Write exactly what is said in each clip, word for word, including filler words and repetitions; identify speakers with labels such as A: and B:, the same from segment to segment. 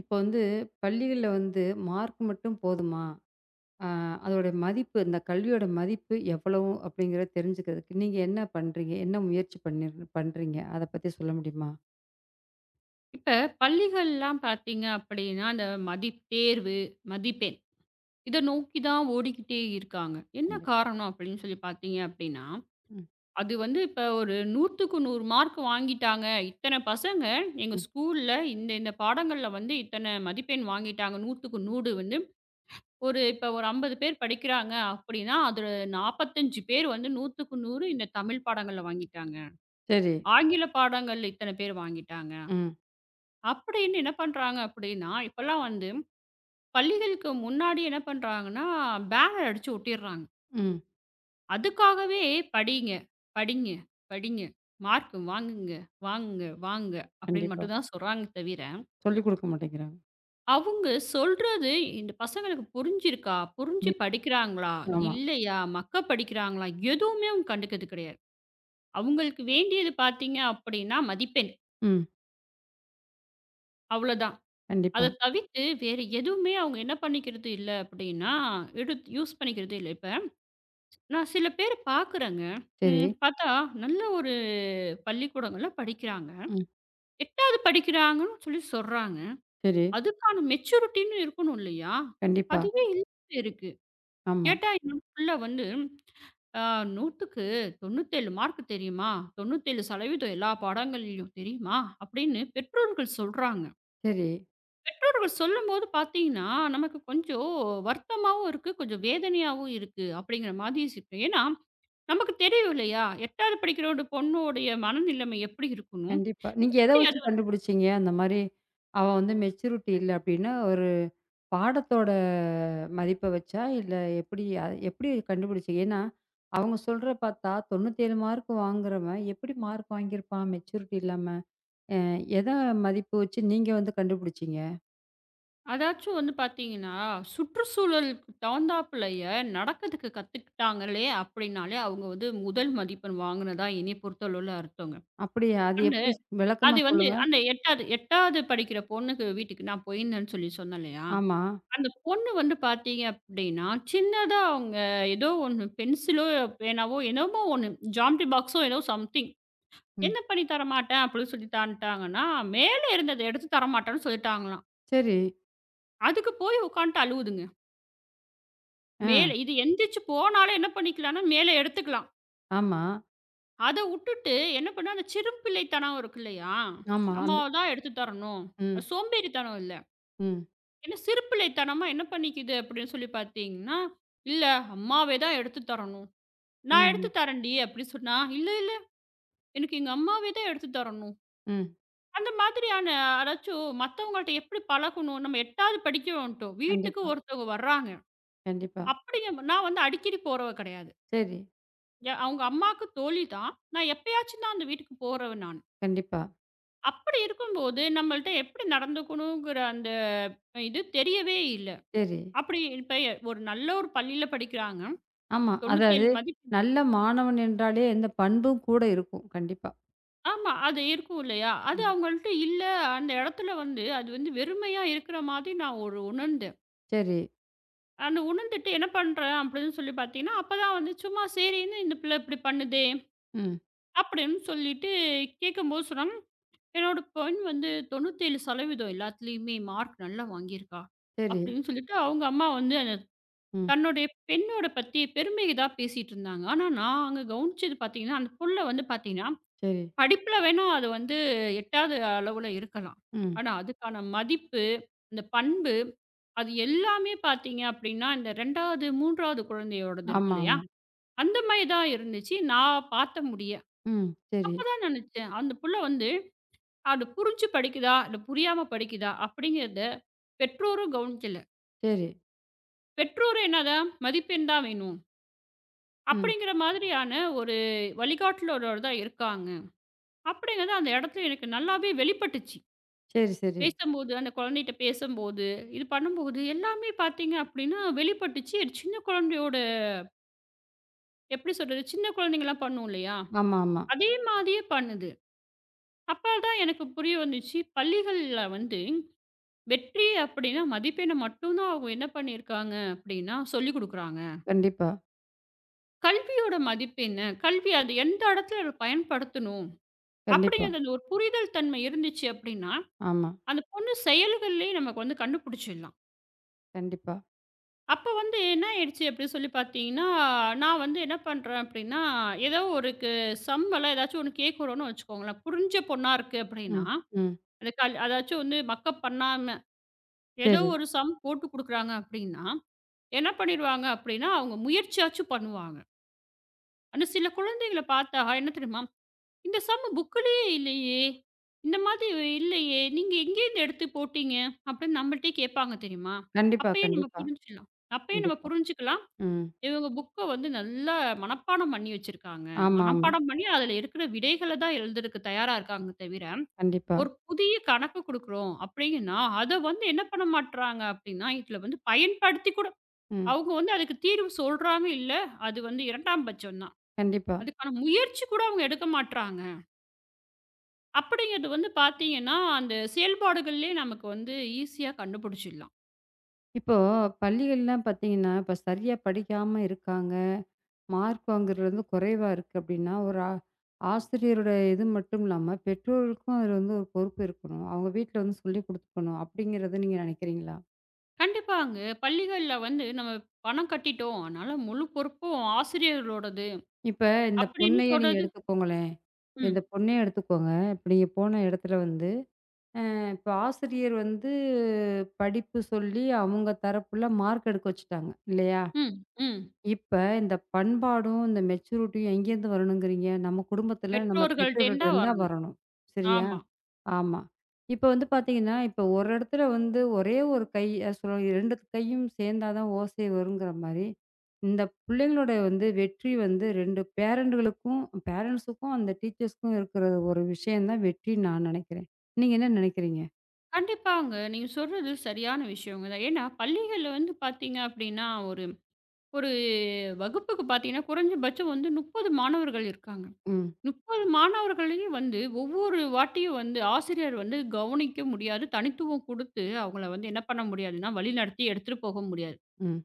A: இப்போ வந்து பள்ளிகள்ல வந்து மார்க் மட்டும் போதுமா? அ அதோட மதிப்பு, இந்த கல்வியோட மதிப்பு எவ்வளவு அப்படிங்கிறத தெரிஞ்சுக்கிறதுக்கு நீங்க என்ன பண்றீங்க? என்ன முயற்சி பண்ணி பண்றீங்க? அத பத்தி சொல்ல முடியுமா?
B: இப்ப பள்ளிகள்லாம் பார்த்தீங்க அப்படின்னா, அந்த மதிப் தேர்வு, மதிப்பெண் இத நோக்கி தான் ஓடிக்கிட்டே இருக்காங்க. என்ன
A: கண்டிப்
B: காரணம் அப்படின்னு சொல்லி பார்த்தீங்க அப்படின்னா,
A: ம்,
B: அது வந்து இப்ப ஒரு 100க்கு நூறு மார்க் வாங்கிட்டாங்க. இத்தன பசங்க எங்க
A: ம்.
B: ஸ்கூல்ல இந்த இந்த பாடங்கள்ல வந்து இத்தன மதிப்பெண் வாங்கிட்டாங்க. 100க்கு நூறு வந்து ஒரு இப்ப ஒரு ஐம்பது பேர் படிக்கிறாங்க அப்படின்னா, அதுல நாற்பத்தி ஐந்து பேர் வந்து 100க்கு நூறு இந்த தமிழ் பாடங்கள்ல வாங்கிட்டாங்க.
A: சரி.
B: ஆங்கில பாடங்கள்ல இத்தன பேர் வாங்கிட்டாங்க.
A: ம்,
B: அப்படின்னு என்ன பண்றாங்க அப்படின்னா, இப்பல்லாம் வந்து பள்ளிகளுக்கு முன்னாடி என்ன பண்றாங்கன்னா, பேனர் அடிச்சு ஒட்டிர்றாங்க.
A: ம்.
B: அதுக்காகவே படிங்க, படிங்க, படிங்க, மார்க் வாங்குங்க, வாங்குங்க, வாங்குங்க அப்படின்னு
A: கண்டிப்பா.
B: மட்டும் தான் சொல்றாங்க தவிர,
A: சொல்லிக் குடுக்க மாட்டேங்கிறாங்க.
B: அவங்க சொல்றது இந்த பசங்களுக்கு புரிஞ்சிருக்கா? புரிஞ்சு
A: புரி
B: படிக்கிறாங்களா?
A: ஆமா.
B: இல்லையா? மக்க படிக்கிறாங்களா? எதுவுமே அவங்க கண்டுக்கிறது கிடையாது. அவங்களுக்கு வேண்டியது பார்த்தீங்க அப்படின்னா மதிப்பெண்.
A: ம்.
B: அவ்வளோதான்.
A: கண்டிப்பா.
B: அத தவிர்த்து வேறு எதுவுமே அவங்க என்ன பண்ணிக்கிறது இல்ல அப்படின்னா, எடுத் யூஸ் பண்ணிக்கிறது இல்ல. இப்ப நான் சில பேர் பார்க்குறேங்க.
A: சரி.
B: ம் பார்த்தா நல்ல ஒரு பள்ளிக்கூடங்கள்ல படிக்கிறாங்க.
A: ம்.
B: எட்டாவது படிக்கிறாங்கன்னு சொல்லி சொல்றாங்க.
A: சரி.
B: அதுக்கான மெச்சூரிட்டின்னு இருக்கணும் இல்லையா?
A: கண்டிப்பா.
B: அதுவே இல்லாம இருக்கு.
A: ஆமா.
B: கேட்டா என்னோட புள்ள வந்து அ "100க்கு தொண்ணூற்று ஏழு மார்க் தெரியுமா? தொண்ணூற்று ஏழு சதவீதம் எல்லா பாடங்கள்லயும் தெரியுமா?" அப்படின்னு பெற்றோர்கள் சொல்றாங்க.
A: சரி.
B: பெற்றோர்கள் சொல்லும்போது பார்த்தீங்கன்னா, நமக்கு கொஞ்சம் வருத்தமாவும் இருக்கு, கொஞ்சம் வேதனையாவும் இருக்கு அப்படிங்கிற மாதிரி இருக்கு. ஏன்னா நமக்கு தெரியும் இல்லையா? 8வது படிக்கிற ஒரு பொண்ணுடைய மனநிலைமை எப்படி இருக்கணும்?
A: கண்டிப்பா. நீங்க எத
B: எப்படி அது
A: வச்சு
B: வந்து-
A: கண்டுபிடிச்சீங்க? அந்த மாரி அவ வந்து மெச்சூரிட்டி இல்ல அப்படின்னா ஒரு பாடத்தோட மதிப்ப வச்சா? இல்ல எப்படி அ எப்படி கண்டுபிடிச்சீங்க? ஏன்னா, அவங்க சொல்ற பார்த்தா தொண்ணூற்று ஏழு மார்க் வாங்குறவன் எப்படி மார்க் வாங்கியிருப்பான் மெச்சூரிட்டி இல்லாம? அ எத மதிப்பு வச்சு நீங்க வந்து கண்டுபிடிச்சீங்க?
B: அதாச்சும் வந்து பார்த்தீங்கன்னா, சுற்றுச்சூழலுக்கு தகுந்தாப்புலயே நடக்கிறதுக்கு கத்துக்கிட்டாங்களே அப்படின்னாலே, அவங்க வந்து முதல் மதிப்பெண் வாங்கினதா என்னைய பொறுத்தளவுல அர்த்தங்க.
A: அப்படியா? அது
B: அந்த
A: எப்படி விளக்கமா
B: அது வந்து
A: சொல்லுங்க.
B: அந்த 8வது 8வது படிக்கிற பொண்ணுக்கு வீட்டுக்கு நான் போயிருந்தேன்னு சொல்லி சொன்னேன் இல்லையா?
A: ஆமா.
B: அந்த பொண்ணு வந்து பார்த்தீங்க அப்படின்னா, சின்னதா அவங்க ஏதோ ஒண்ணு பென்சிலோ, பேனாவோ, என்னமோ ஒண்ணு ஜாமெட்ரி பாக்ஸோ ஏதோ சம்திங்
A: ம்.
B: என்ன பண்ணி தரமாட்டேன் அப்படின்னு சொல்லிட்டான்ட்டாங்கன்னா, மேல இருந்தத எடுத்து தரமாட்டேன்னு சொல்லிட்டாங்களாம்.
A: சரி.
B: அதுக்கு போய் உட்காந்துட்டு அழுவுதுங்க.
A: ஆ.
B: மேல இது எந்திரிச்சு போனாலும் என்ன பண்ணிக்கலாம்னா, மேல எடுத்துக்கலாம்.
A: ஆமா,
B: அத உட்டுட்டு என்ன பண்ணா, அந்த சிறும்பிள்ளைத்தனம் இருக்கு இல்லையா?
A: ஆமா.
B: நம்ம
A: அந்த
B: தான் எடுத்து தரணும்.
A: ம்,
B: அது சோம்பேறித்தனம் இல்ல.
A: ம்,
B: ஏன்னா சிறுபிள்ளைத்தனமா என்ன பண்ணிக்குது அப்படின்னு சொல்லி பார்த்தீங்கன்னா, "இல்ல அம்மாவே தான் எடுத்து தரணும்.
A: ம்,
B: நான் எடுத்து
A: ம்,
B: தரேன்டி" அப்படி சொன்னா, "இல்ல இல்ல எனக்கு எங்க அம்மாவே தான் எடுத்து தரணும்."
A: ம்.
B: அந்த மாதிரியான அதாச்சும் மத்தவங்கள்ட்ட எப்படி பழகணும்? நம்ம 8வது படிக்கிறோன்ட்டோம். வீட்டுக்கு
A: கண்டிப்பா,
B: ஒருத்தவங்க வர்றாங்க.
A: கண்டிப்பா.
B: அப்படிங்க நான் வந்து அடிக்கடி போறவ கிடையாது.
A: சரி.
B: எ அவங்க அம்மாவுக்கு தோழி தான். நான் எப்பயாச்சும் தான் அந்த வீட்டுக்கு போறவ நானு.
A: கண்டிப்பா.
B: அப்படி இருக்கும்போது நம்மள்ட்ட எப்படி நடந்துக்கணுங்கிற அந்த இது தெரியவே இல்ல.
A: சரி.
B: அப்படி இப்ப ஒரு நல்ல ஒரு பள்ளியில படிக்கிறாங்க.
A: ஆமா. அதாவது
B: தொண்ணூற்று ஏழு மதிப்பெண்
A: நல்ல மாணவன் என்றாலே இந்த பண்பும் கூட இருக்கும். கண்டிப்பா.
B: ஆமா. அது இருக்கும் இல்லையா? அது
A: ம்.
B: அவங்கள்ட்ட இல்ல. அந்த இடத்துல வந்து அது வந்து வெறுமையா இருக்கிற மாதிரி நான் ஒரு உணர்ந்தேன்.
A: சரி.
B: அந்த உணர்ந்துட்டு என்ன பண்றேன் அப்படின்னு சொல்லி பார்த்தீங்கன்னா, அப்பதான் வந்து சும்மா சரின்னு இந்த பிள்ளை இப்படி பண்ணுதே
A: ம்.
B: அப்படின்னு சொல்லிட்டு கேட்கும்போது சொன்னாங்க, "என்னோட பெண் வந்து தொண்ணூற்று ஏழு சதவீதம் எல்லாத்துலயுமே மார்க் நல்லா வாங்கியிருக்கா"
A: சரி.
B: அப்படின்னு சொல்லிட்டு அவங்க அம்மா வந்து
A: ம்.
B: தன்னுடைய பெண்ணோட பத்தி பெருமையை தான் பேசிட்டு இருந்தாங்க. ஆனா நான் அங்க கவனிச்சது பார்த்தீங்கன்னா, அந்த புள்ள வந்து பார்த்தீங்கன்னா
A: சரி.
B: படிப்புல வேணா அது வந்து எட்டாத அளவுல இருக்கலாம்.
A: ம்.
B: ஆனா, அதுக்கான மதிப்பு, அந்த பண்பு, அது எல்லாமே பார்த்தீங்க அப்படின்னா, இந்த இரண்டாவது, மூன்றாவது குழந்தையோடது இருக்கு
A: ஆமா,
B: இல்லையா?
A: ஆமா.
B: அந்த மாரி தான் இருந்துச்சு. நான் பார்த்த முடிய.
A: ம். சரி,
B: அதான் நினைச்சேன். அந்த புள்ள வந்து அது புரிஞ்சு படிக்குதா? இல்ல புரியாம படிக்குதா? அப்படிங்கிறத பெற்றோரும் கவனிக்கல.
A: சரி.
B: பெற்றோரும் என்னதான் மதிப்பெண் தான் வேணும்.
A: ம்.
B: அப்படிங்கிற மாதிரியான ஒரு வழிகாட்டுலரோட தான் இருக்காங்க. அப்படிங்கிறது அந்த இடத்துல எனக்கு நல்லாவே வெளிப்பட்டுச்சு.
A: சரி, சரி.
B: பேசும்போது, அந்த குழந்தைட்ட பேசும்போது, இது பண்ணும்போது எல்லாமே பார்த்தீங்க அப்படின்னா வெளிப்பட்டுச்சு. ஒரு சின்ன குழந்தையோட எப்படி சொல்றது? சின்ன குழந்தைங்கலாம் பண்ணும் இல்லையா?
A: ஆமா, ஆமா.
B: அதே மாதிரியே பண்ணுது. அப்பதான் எனக்கு புரிய வந்துச்சு. பள்ளிகள்ல வந்து வெற்றி அப்படின்னா மதிப்பெண்ண மட்டும் தான் அவங்க என்ன பண்ணியிருக்காங்க அப்படின்னா சொல்லிக் குடுக்குறாங்க.
A: கண்டிப்பா,
B: கல்வியோட மதிப்பு என்ன? கல்வி அது எந்த இடத்துல அத பயன்படுத்தணும்?
A: கண்டிப்பா.
B: அப்படிங்கிறது அந்த ஒரு புரிதல் தன்மை இருந்துச்சு அப்படின்னா,
A: ஆமா.
B: அந்த பொண்ணு செயல்கள்லயே நமக்கு வந்து கண்டுபிடிச்சிடலாம்.
A: கண்டிப்பா.
B: அப்ப வந்து என்ன ஆயிடுச்சு அப்படின்னு சொல்லி பார்த்தீங்கன்னா, நான் வந்து என்ன பண்றேன் அப்படின்னா, ஏதோ ஒரு கு சம்மெல்லாம் ஏதாச்சும் ஒண்ணு கேட்குறோம்னு வச்சுக்கோங்களேன். புரிஞ்ச பொண்ணா இருக்கு அப்படின்னா,
A: ம். ம்.
B: அது கல் அதாச்சும் வந்து மக்கப் பண்ணாம ஏதோ
A: சரி.
B: ஒரு சம் போட்டு குடுக்குறாங்க அப்படின்னா, என்ன பண்ணிருவாங்க அப்படின்னா, அவங்க முயற்சியாச்சும் பண்ணுவாங்க. ஆனா சில குழந்தைகள பார்த்தா என்ன தெரியுமா? "இந்த சம் புக்லயே இல்லையே, இந்த மாதிரி இல்லையே, நீங்க எங்கேருந்து எடுத்து போட்டீங்க?" அப்படின்னு நம்மள்ட்டயே கேட்பாங்க தெரியுமா?
A: கண்டிப்பா,
B: அப்பயே நம்ம
A: கண்டிப்பா,
B: புரிஞ்சுக்கலாம். அப்பயே நம்ம
A: கண்டிப்பா.
B: புரிஞ்சுக்கலாம்.
A: ம்.
B: இவங்க புக்க வந்து நல்லா மனப்பாடம் பண்ணி வச்சிருக்காங்க.
A: ஆமா, ஆமா.
B: மனப்பாடம் பண்ணி அதுல இருக்கிற விடைகள தான் எழுதுறக்கு தயாரா இருக்காங்க தவிர,
A: கண்டிப்பா.
B: ஒரு புதிய கணக்கு குடுக்குறோம் அப்படின்னா, அத வந்து என்ன பண்ண மாட்றாங்க அப்படின்னா, இதுல வந்து பயன்படுத்தி கூட
A: ம்.
B: அவங்க வந்து அதுக்கு தீர்வு சொல்றாங்க இல்ல. அது வந்து இரண்டாம் பட்சம் தான்.
A: கண்டிப்பா.
B: அதுக்கான முயற்சி கூட அவங்க எடுக்க மாட்றாங்க. அப்படிங்கிறது வந்து பார்த்தீங்கன்னா, அந்த செயல்பாடுகள்லயே நமக்கு வந்து ஈஸியா கண்டுபிடிச்சிடலாம்.
A: இப்போ பள்ளிகள்லாம் பார்த்தீங்கன்னா, இப்ப சரியா படிக்காம இருக்காங்க. மார்க் வாங்குறது வந்து குறைவா இருக்கு அப்படின்னா, ஒரு ஆ ஆசிரியரோட இது மட்டும் இல்லாம, பெற்றோருக்கும் அதில வந்து ஒரு பொறுப்பு இருக்கணும். அவங்க வீட்ல வந்து சொல்லிக் குடுத்துக்கணும். அப்படிங்கிறத நீங்க நினைக்கிறீங்களா?
B: கண்டிப்பாங்க. பள்ளிகள்ல வந்து நம்ம பணம் கட்டிட்டோம். அதனால முழு பொறுப்பும் ஆசிரியர்களோடது.
A: இப்ப இந்த
B: அப்படின்னு
A: பொண்ணையே நீங்க
B: சொல்றது
A: எடுத்துக்கோங்களேன். இந்த
B: ம்,
A: பொண்ணையே எடுத்துக்கோங்க. இப்ப நீங்க போன இடத்துல வந்து, இப்ப ஆசிரியர் வந்து படிப்பு சொல்லி அவங்க தரப்புல மார்க் எடுக்க வச்சுட்டாங்க, இல்லையா?
B: ம், ம்.
A: இப்ப இந்த பண்பாடும், இந்த மெச்சூரிட்டியும் எங்கேருந்து வரணுங்கிறீங்க? நம்ம குடும்பத்துல நம்ம பெற்றோர்கிட்ட
B: பெற்றோர்கள்ட்டேருந்தா
A: இருந்தா
B: வரணும்.
A: வரணும். சரியா?
B: ஆமா.
A: ஆமா. இப்ப வந்து பார்த்தீங்கன்னா, இப்ப ஒரு இடத்துல வந்து ஒரே ஒரு கை அ சொல்ல இரண்டு கையும் சேர்ந்தா தான் ஓசை வருங்கிற மாரி, இந்த பிள்ளைங்களோட வந்து வெற்றி வந்து இரண்டு பேரண்ட்டுகளுக்கும் பேரண்ட்ஸுக்கும், அந்த டீச்சர்ஸ்க்கும் இருக்கிற ஒரு விஷயம் தான் வெற்றின்னு நான் நினைக்கிறேன். நீங்க என்ன நினைக்கிறீங்க?
B: கண்டிப்பாங்க. நீங்க சொல்றது சரியான விஷயங்க தான். ஏன்னா பள்ளிகள்ல வந்து பார்த்தீங்க அப்படின்னா, ஒரு ஒரு வகுப்புக்கு பார்த்தீங்கன்னா, குறைஞ்சபட்சம் வந்து முப்பது மாணவர்கள் இருக்காங்க.
A: ம்,
B: முப்பது மாணவர்களையும் வந்து ஒவ்வொரு வாட்டியும் வந்து ஆசிரியர் வந்து கவனிக்க முடியாது. தனித்துவம் கொடுத்து அவங்கள வந்து என்ன பண்ண முடியாதுன்னா, வழிநடத்தி எடுத்துட்டு போக முடியாது.
A: ம்.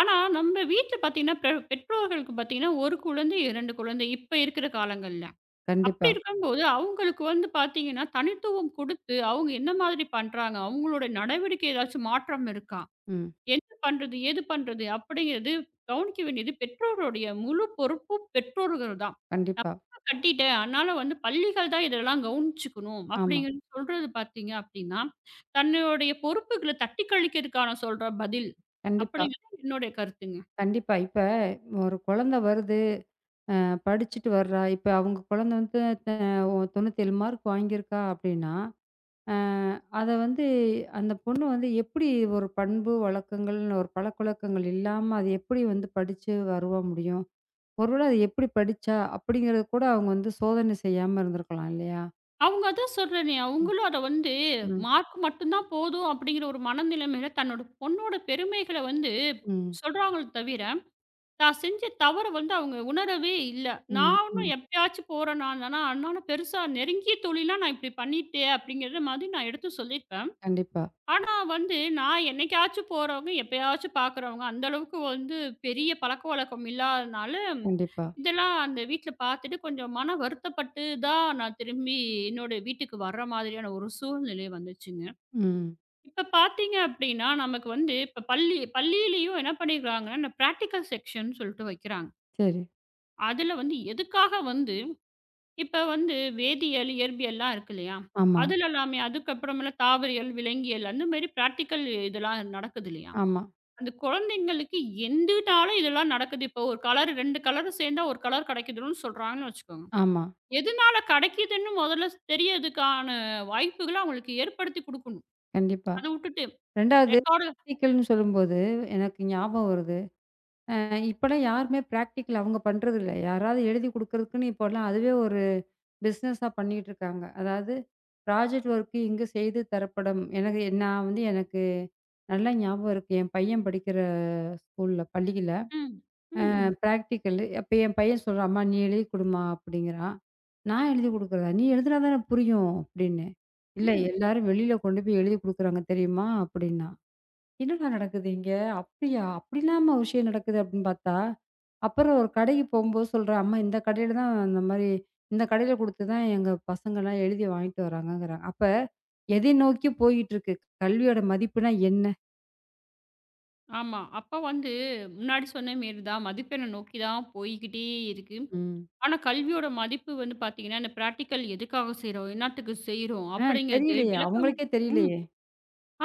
B: ஆனா நம்ம வீட்ல பார்த்தீங்கன்னா, பெ பெற்றோர்களுக்கு பார்த்தீங்கன்னா, ஒரு குழந்தை, இரண்டு குழந்தை இப்ப இருக்கிற காலங்கள்ல. அப்படி
A: கண்டிப்பா.
B: இருக்கும்போது, அவுங்களுக்கு வந்து பார்த்தீங்கன்னா, தனித்துவம் குடுத்து, அவுங்க என்ன மாதிரி பண்றாங்க? அவுங்களோட நடவடிக்கை ஏதாச்சும் மாற்றம் இருக்கா?
A: ம்.
B: என்ன பண்றது? ஏது பண்றது? அப்படிங்கிறது கவனிக்க வேண்டியது பெற்றோருடைய முழு பொறுப்பும் பெற்றோர்கள் தான்.
A: கண்டிப்பா.
B: கட்டிட்டேன். அதனால வந்து பள்ளிகள் தான் இதெல்லாம் கவனிச்சுக்கணும்.
A: ஆமா.
B: அப்படிங்கிறது சொல்றது பார்த்தீங்க அப்படின்னா, தன்னுடைய பொறுப்புகள தட்டி கழிக்கிறதுக்கான சொல்ற பதில்.
A: கண்டிப்பா,
B: அப்படிங்கிறது என்னுடைய கருத்துங்க.
A: கண்டிப்பா. இப்ப ஒரு குழந்தை வருது, அ படிச்சுட்டு வர்றா. இப்ப அவங்க குழந்தை வந்து த தொண்ணூற்று ஏழு மார்க் வாங்கியிருக்கா அப்படின்னா அ அத வந்து அந்த பொண்ணு வந்து எப்படி ஒரு பண்பு வழக்கங்கள்ன்னு ஒரு பழக்கவழக்கங்கள் இல்லாம அது எப்படி வந்து படிச்சு வருவ முடியும்? ஒருவேள அது எப்படி படிச்சா? அப்படிங்கிறது கூட அவங்க வந்து சோதனை செய்யாம இருந்திருக்கலாம் இல்லையா?
B: அவங்க அதான் சொல்றேனே,
A: ம்,
B: அவங்களும் அத வந்து
A: ம்.
B: மார்க் மட்டும் தான் போதும் அப்படிங்கிற ஒரு மனநிலைமையில தன்னோட பொண்ணோட பெருமைகள வந்து
A: ம்,
B: சொல்றாங்களே தவிர, தான் செஞ்ச தவற வந்து அவங்க உணரவே இல்ல.
A: ம்,
B: நானும்
A: ம்.
B: எப்பயாச்சும் போறேன் நான் ஆனா, பெருசா நெருங்கிய தோழிலாம் நான் இப்படி பண்ணிட்டேன் அப்படிங்கிற மாதிரி நான் எடுத்து சொல்லியிருப்பேன்.
A: கண்டிப்பா,
B: ஆனா வந்து, நான் என்னைக்காச்சும் போறவங்க, எப்பயாச்சும் பார்க்குறவங்க, அந்த அளவுக்கு வந்து பெரிய பழக்கவழக்கம் இல்லாதனால,
A: கண்டிப்பா.
B: இதெல்லாம் அந்த வீட்ல பார்த்துட்டு கொஞ்சம் மன வருத்தப்பட்டு தான் நான் திரும்பி என்னோட வீட்டுக்கு வர்ற மாதிரியான ஒரு சூழ்நிலை வந்துச்சுங்க.
A: ம்.
B: இப்ப பார்த்தீங்க அப்டின்னா, நமக்கு வந்து இப்ப பள்ளி பள்ளியிலயும் என்ன பண்ணிருக்காங்கன்னா, இந்த பிராக்டிகல் செக்ஷன் சொல்ட்டு வைக்கிறாங்க.
A: சரி.
B: அதுல வந்து எதுக்காக வந்து இப்ப வந்து வேதியியல், இயற்பியல்லாம் இருக்கு இல்லையா?
A: ஆமா,
B: அதுல எல்லாமே அதுக்கப்புறமேல தாவரியல், விலங்கியல் அந்த மாரி பிராக்டிகல் இதெல்லாம் நடக்குது இல்லையா?
A: ஆமா,
B: அந்த குழந்தைங்களுக்கு எந்துனால இதெல்லாம் நடக்குது. இப்போ ஒரு கலர் ரெண்டு கலர் சேர்ந்தா ஒரு கலர் கிடைக்குதுன்னு சொல்றாங்கன்னு வச்சுக்கோங்க.
A: ஆமா.
B: எதுனால கிடைக்குதுன்னு முதல்ல தெரியதுக்கான வாய்ப்புகள அவங்களுக்கு ஏற்படுத்தி குடுக்கணும்.
A: கண்டிப்பா.
B: அத விட்டுட்டு
A: 2வது
B: ரெக்கார்டு
A: ன்னு சொல்லும்போது எனக்கு ஞாபகம் வருது. அ இப்பலாம் யாருமே பிராக்டிகல் அவங்க பண்றதில்ல. யாராவது எழுதி குடுக்கறதுக்குன்னு இப்போலாம் அதுவே ஒரு பிசினஸா பண்ணிட்டு இருக்காங்க. அதாவது ப்ராஜெக்ட் ஒர்க் இங்கு செய்து தரப்படும். எனக்கு நான் வந்து எனக்கு நல்லா ஞாபகம் இருக்கு. என் பையன் படிக்கிற ஸ்கூல்ல பள்ளியில
B: ம்,
A: அ
B: ம்,
A: ம். பிராக்டிகல் அப்ப என் பையன் சொல்றான், "அம்மா நீ எழுதி குடும்மா" அப்படிங்கிறான். நான் எழுதி குடுக்குறதா? "நீ எழுதுனா தானே புரியும்" அப்படின்னேன். "இல்ல
B: ம்.
A: எல்லாரும் வெளியில கொண்டு போய் எழுதி குடுக்குறாங்க தெரியுமா?" அப்படின்னா. என்னடா நடக்குது இங்க? அப்படியா? அப்படிலாமா ஒரு விஷயம் நடக்குது அப்படின்னு பார்த்தா, அப்புறம் ஒரு கடைக்கு போகும்போது சொல்றேன், அம்மா இந்த கடையில தான் இந்த மாரி இந்த கடையில குடுத்து தான் எங்க பசங்கலாம் எழுதி வாங்கிட்டு வராங்கங்கிறாங்க. அப்ப எதை நோக்கி போயிட்டுருக்கு? கல்வியோட மதிப்புனா என்ன?
B: ஆமா. அப்ப வந்து முன்னாடி சொன்ன மாரி தான் மதிப்பெண்ண நோக்கி தான் போய்க்கிட்டே இருக்கு.
A: ம்.
B: ஆனா கல்வியோட மதிப்பு வந்து பார்த்தீங்கன்னா, இந்த பிராக்டிகல் எதுக்காக செய்றோம்? என்னாத்துக்கு செய்றோம்?
A: ஆ
B: அப்படிங்கிறது
A: தெரியலையே.
B: விளக்கம்
A: அவங்களுக்கே
B: ம்.
A: தெரியலையே.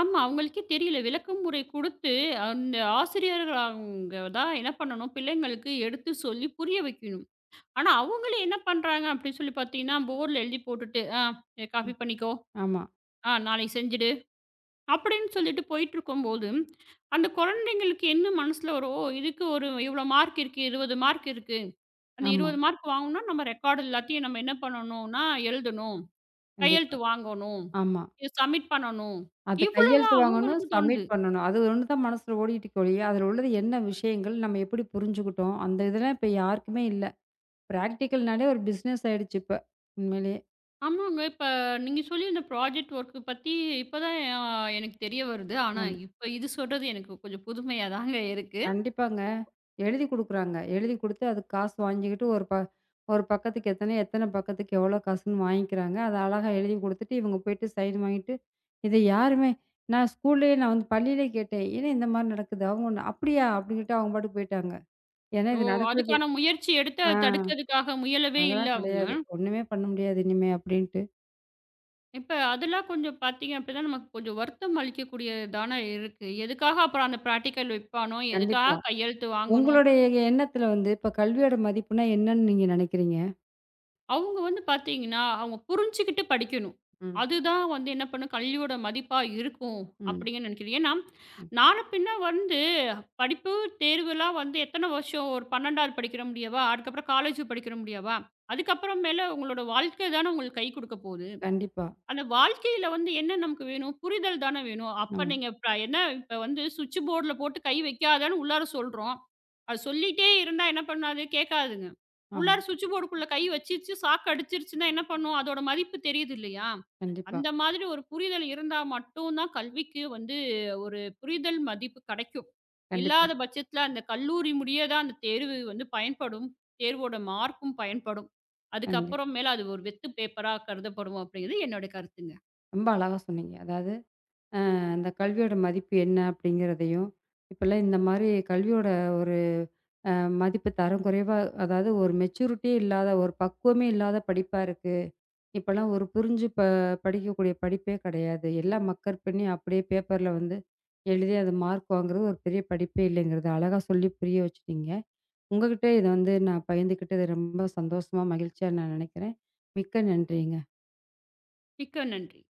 B: ஆமா. அவங்களுக்கே தெரியல. விளக்கமுறை குடுத்து, அந்த ஆசிரியர்கள் அவங்க தான் என்ன பண்ணணும், பிள்ளைங்களுக்கு எடுத்து சொல்லி புரிய வைக்கணும். ஆனா, அவங்களே என்ன பண்றாங்க அப்படின்னு சொல்லி பார்த்தீங்கன்னா, போர்ட்ல எழுதி போட்டுட்டு, "ஆ காப்பி பண்ணிக்கோ.
A: ஆமா.
B: ஆ நாளைக்கு செஞ்சுடு." அப்படின்னு சொல்லிட்டு போயிட்டுருக்கும்போது, அந்த குழந்தைங்களுக்கு என்ன மனசுல வரும், "ஓ! இதுக்கு ஒரு இவ்வளோ மார்க் இருக்கு. இருபது மார்க் இருக்கு. அந்த
A: ஆமா.
B: இருபது மார்க் வாங்கணும்னா, நம்ம ரெக்கார்டு எல்லாத்தையும் நம்ம என்ன பண்ணணும்னா, எழுதணும்.
A: கண்டிப்பா.
B: கையெழுத்து வாங்கணும்.
A: ஆமா.
B: இத சப்மிட் பண்ணணும்."
A: அது கையெழுத்து
B: இவ்வளோதான்
A: வாங்கணும்,
B: அவங்களுக்கும்
A: சப்மிட்
B: தோணுது.
A: பண்ணணும். அது ஒண்ணு தான் மனசுல ஓடிட்டுருக்கே ஒழிய, அதில உள்ளது என்ன விஷயங்கள்? நம்ம எப்படி புரிஞ்சுக்கிட்டோம்? அந்த இதெல்லாம் இப்ப யாருக்குமே இல்ல. பிராக்டிகல்னாலே ஒரு பிசினஸ் ஆயிடுச்சு இப்ப, உண்மையிலேயே.
B: ஆமாங்க. இப்ப நீங்க சொல்லி இந்த ப்ராஜெக்ட் ஒர்க் பத்தி இப்ப தான் அ எனக்கு தெரிய வருது. ஆனா,
A: ஆமா.
B: இப்ப இது சொல்றது எனக்கு கொஞ்சம் புதுமையா தாங்க இருக்கு.
A: கண்டிப்பாங்க. எழுதி குடுக்குறாங்க. எழுதி குடுத்து அதுக்கு காசு வாங்கிக்கிட்டு ஒரு ப ஒரு பக்கத்துக்கு எத்தனை, எத்தனை பக்கத்துக்கு எவ்வளோ காசுன்னு வாங்கிக்கிறாங்க. அத அழகா எழுதி குடுத்துட்டு, இவங்க போயிட்டு சைன் வாங்கிட்டு, இத யாருமே நான் ஸ்கூல்லயே நான் வந்து பள்ளியிலே கேட்டேன். ஏன்னா இந்த மாரி நடக்குது? அவங்க ஒண்ணு "அப்படியா?" அப்படின்ட்டு அவங்க பாட்டுக்கு போயிட்டாங்க. ஏன்னா
B: ஓ!
A: இது நடக்குறது
B: அதுக்கான முயற்சி எடுத்து
A: ஆ
B: அத தடுக்கிறதுக்காக முயலவே இல்ல
A: அதெல்லாம்
B: அவங்க.
A: கிடையாது. ஒண்ணுமே பண்ண முடியாது இனிமே அப்படின்ட்டு.
B: இப்ப அதெல்லாம் கொஞ்சம் பார்த்தீங்க அப்படின்னா, நமக்கு கொஞ்சம் வருத்தம் அளிக்கக்கூடியது தானே இருக்கு. எதுக்காக அப்புறம் அந்த பிராக்டிகல் வைப்பானோ?
A: கண்டிப்பா.
B: எதுக்காக கையெழுத்து வாங்கணும்?
A: உங்களுடைய எண்ணத்துல வந்து இப்ப கல்வியோட மதிப்புன்னா என்னன்னு நீங்க நினைக்கிறீங்க?
B: அவங்க வந்து பார்த்தீங்கன்னா, அவங்க புரிஞ்சுகிட்டு படிக்கணும்.
A: ம்.
B: அதுதான் வந்து என்ன பண்ணும், கல்வியோட மதிப்பா இருக்கும்
A: ம்.
B: அப்டின்னு நினைக்கிறேன். ஏன்னா,
A: ம்.
B: நாள பின்ன வந்து படிப்பு, தேர்வுலாம் வந்து எத்தன வருஷம் ஒரு பன்னிரெண்டாவது படிக்கிற முடியவா? அதுக்கப்புறம் காலேஜ் படிக்கிற முடியவா? அதுக்கப்புறம் மேல உங்களோட வாழ்க்கை தானே உங்களுக்கு கை குடுக்க போது.
A: கண்டிப்பா.
B: அந்த வாழ்க்கையில வந்து என்ன நமக்கு வேணும்? புரிதல் தானே வேணும். அப்ப
A: ஆமா,
B: நீங்க இப்ப என்ன இப்ப வந்து சுவிட்ச் போர்டுல போட்டு கை வைக்காதன்னு உள்ளார சொல்றோம். அது சொல்லிட்டே இருந்தா என்ன பண்ணாது? கேட்காதுங்க.
A: ஆமா.
B: உள்ளார சுவிட்ச் போர்டுக்குள்ள கை வச்சிருச்சு, சாக்கு அடிச்சிருச்சுன்னா என்ன பண்ணும்? அதோட மதிப்பு தெரியுது இல்லையா?
A: கண்டிப்பா,
B: அந்த மாதிரி ஒரு புரிதல் இருந்தா மட்டும் தான் கல்விக்கு வந்து ஒரு புரிதல் மதிப்பு கெடைக்கும்.
A: கண்டிப்பா,
B: இல்லாத பட்சத்தில அந்த கல்லூரி முடிய தான் அந்த தேர்வு வந்து பயன்படும். தேர்வோட மார்க்கும் பயன்படும்.
A: கண்டிப்பா.
B: அதுக்கப்புறம் மேல அது ஒரு வெத்து பேப்பரா கருதப்படும் அப்படிங்கிறது என்னோட கருத்துங்க.
A: ரொம்ப அழகா சொன்னீங்க. அதாவது அ அந்த கல்வியோட மதிப்பு என்ன அப்படிங்கிறதையும், இப்பலாம் இந்த மாரி கல்வியோட ஒரு அ மதிப்பு தரம் குறைவா அதாவது ஒரு மெச்சூரிட்டியே இல்லாத, ஒரு பக்குவமே இல்லாத படிப்பா இருக்கு. இப்பலாம் ஒரு புரிஞ்சு ப படிக்கக்கூடிய படிப்பே கிடையாது. எல்லாம் மக்கர் பண்ணி அப்படியே பேப்பர்ல வந்து எழுதி அது மார்க் வாங்குறது ஒரு பெரிய படிப்பே இல்லைங்கிறத அழகா சொல்லி புரிய வச்சுட்டீங்க. உங்ககிட்ட இத வந்து நான் பகிர்ந்துக்கிட்டது ரொம்ப சந்தோஷமா, மகிழ்ச்சியா நான் நினைக்கிறேன். மிக்க நன்றிங்க.
B: மிக்க நன்றி.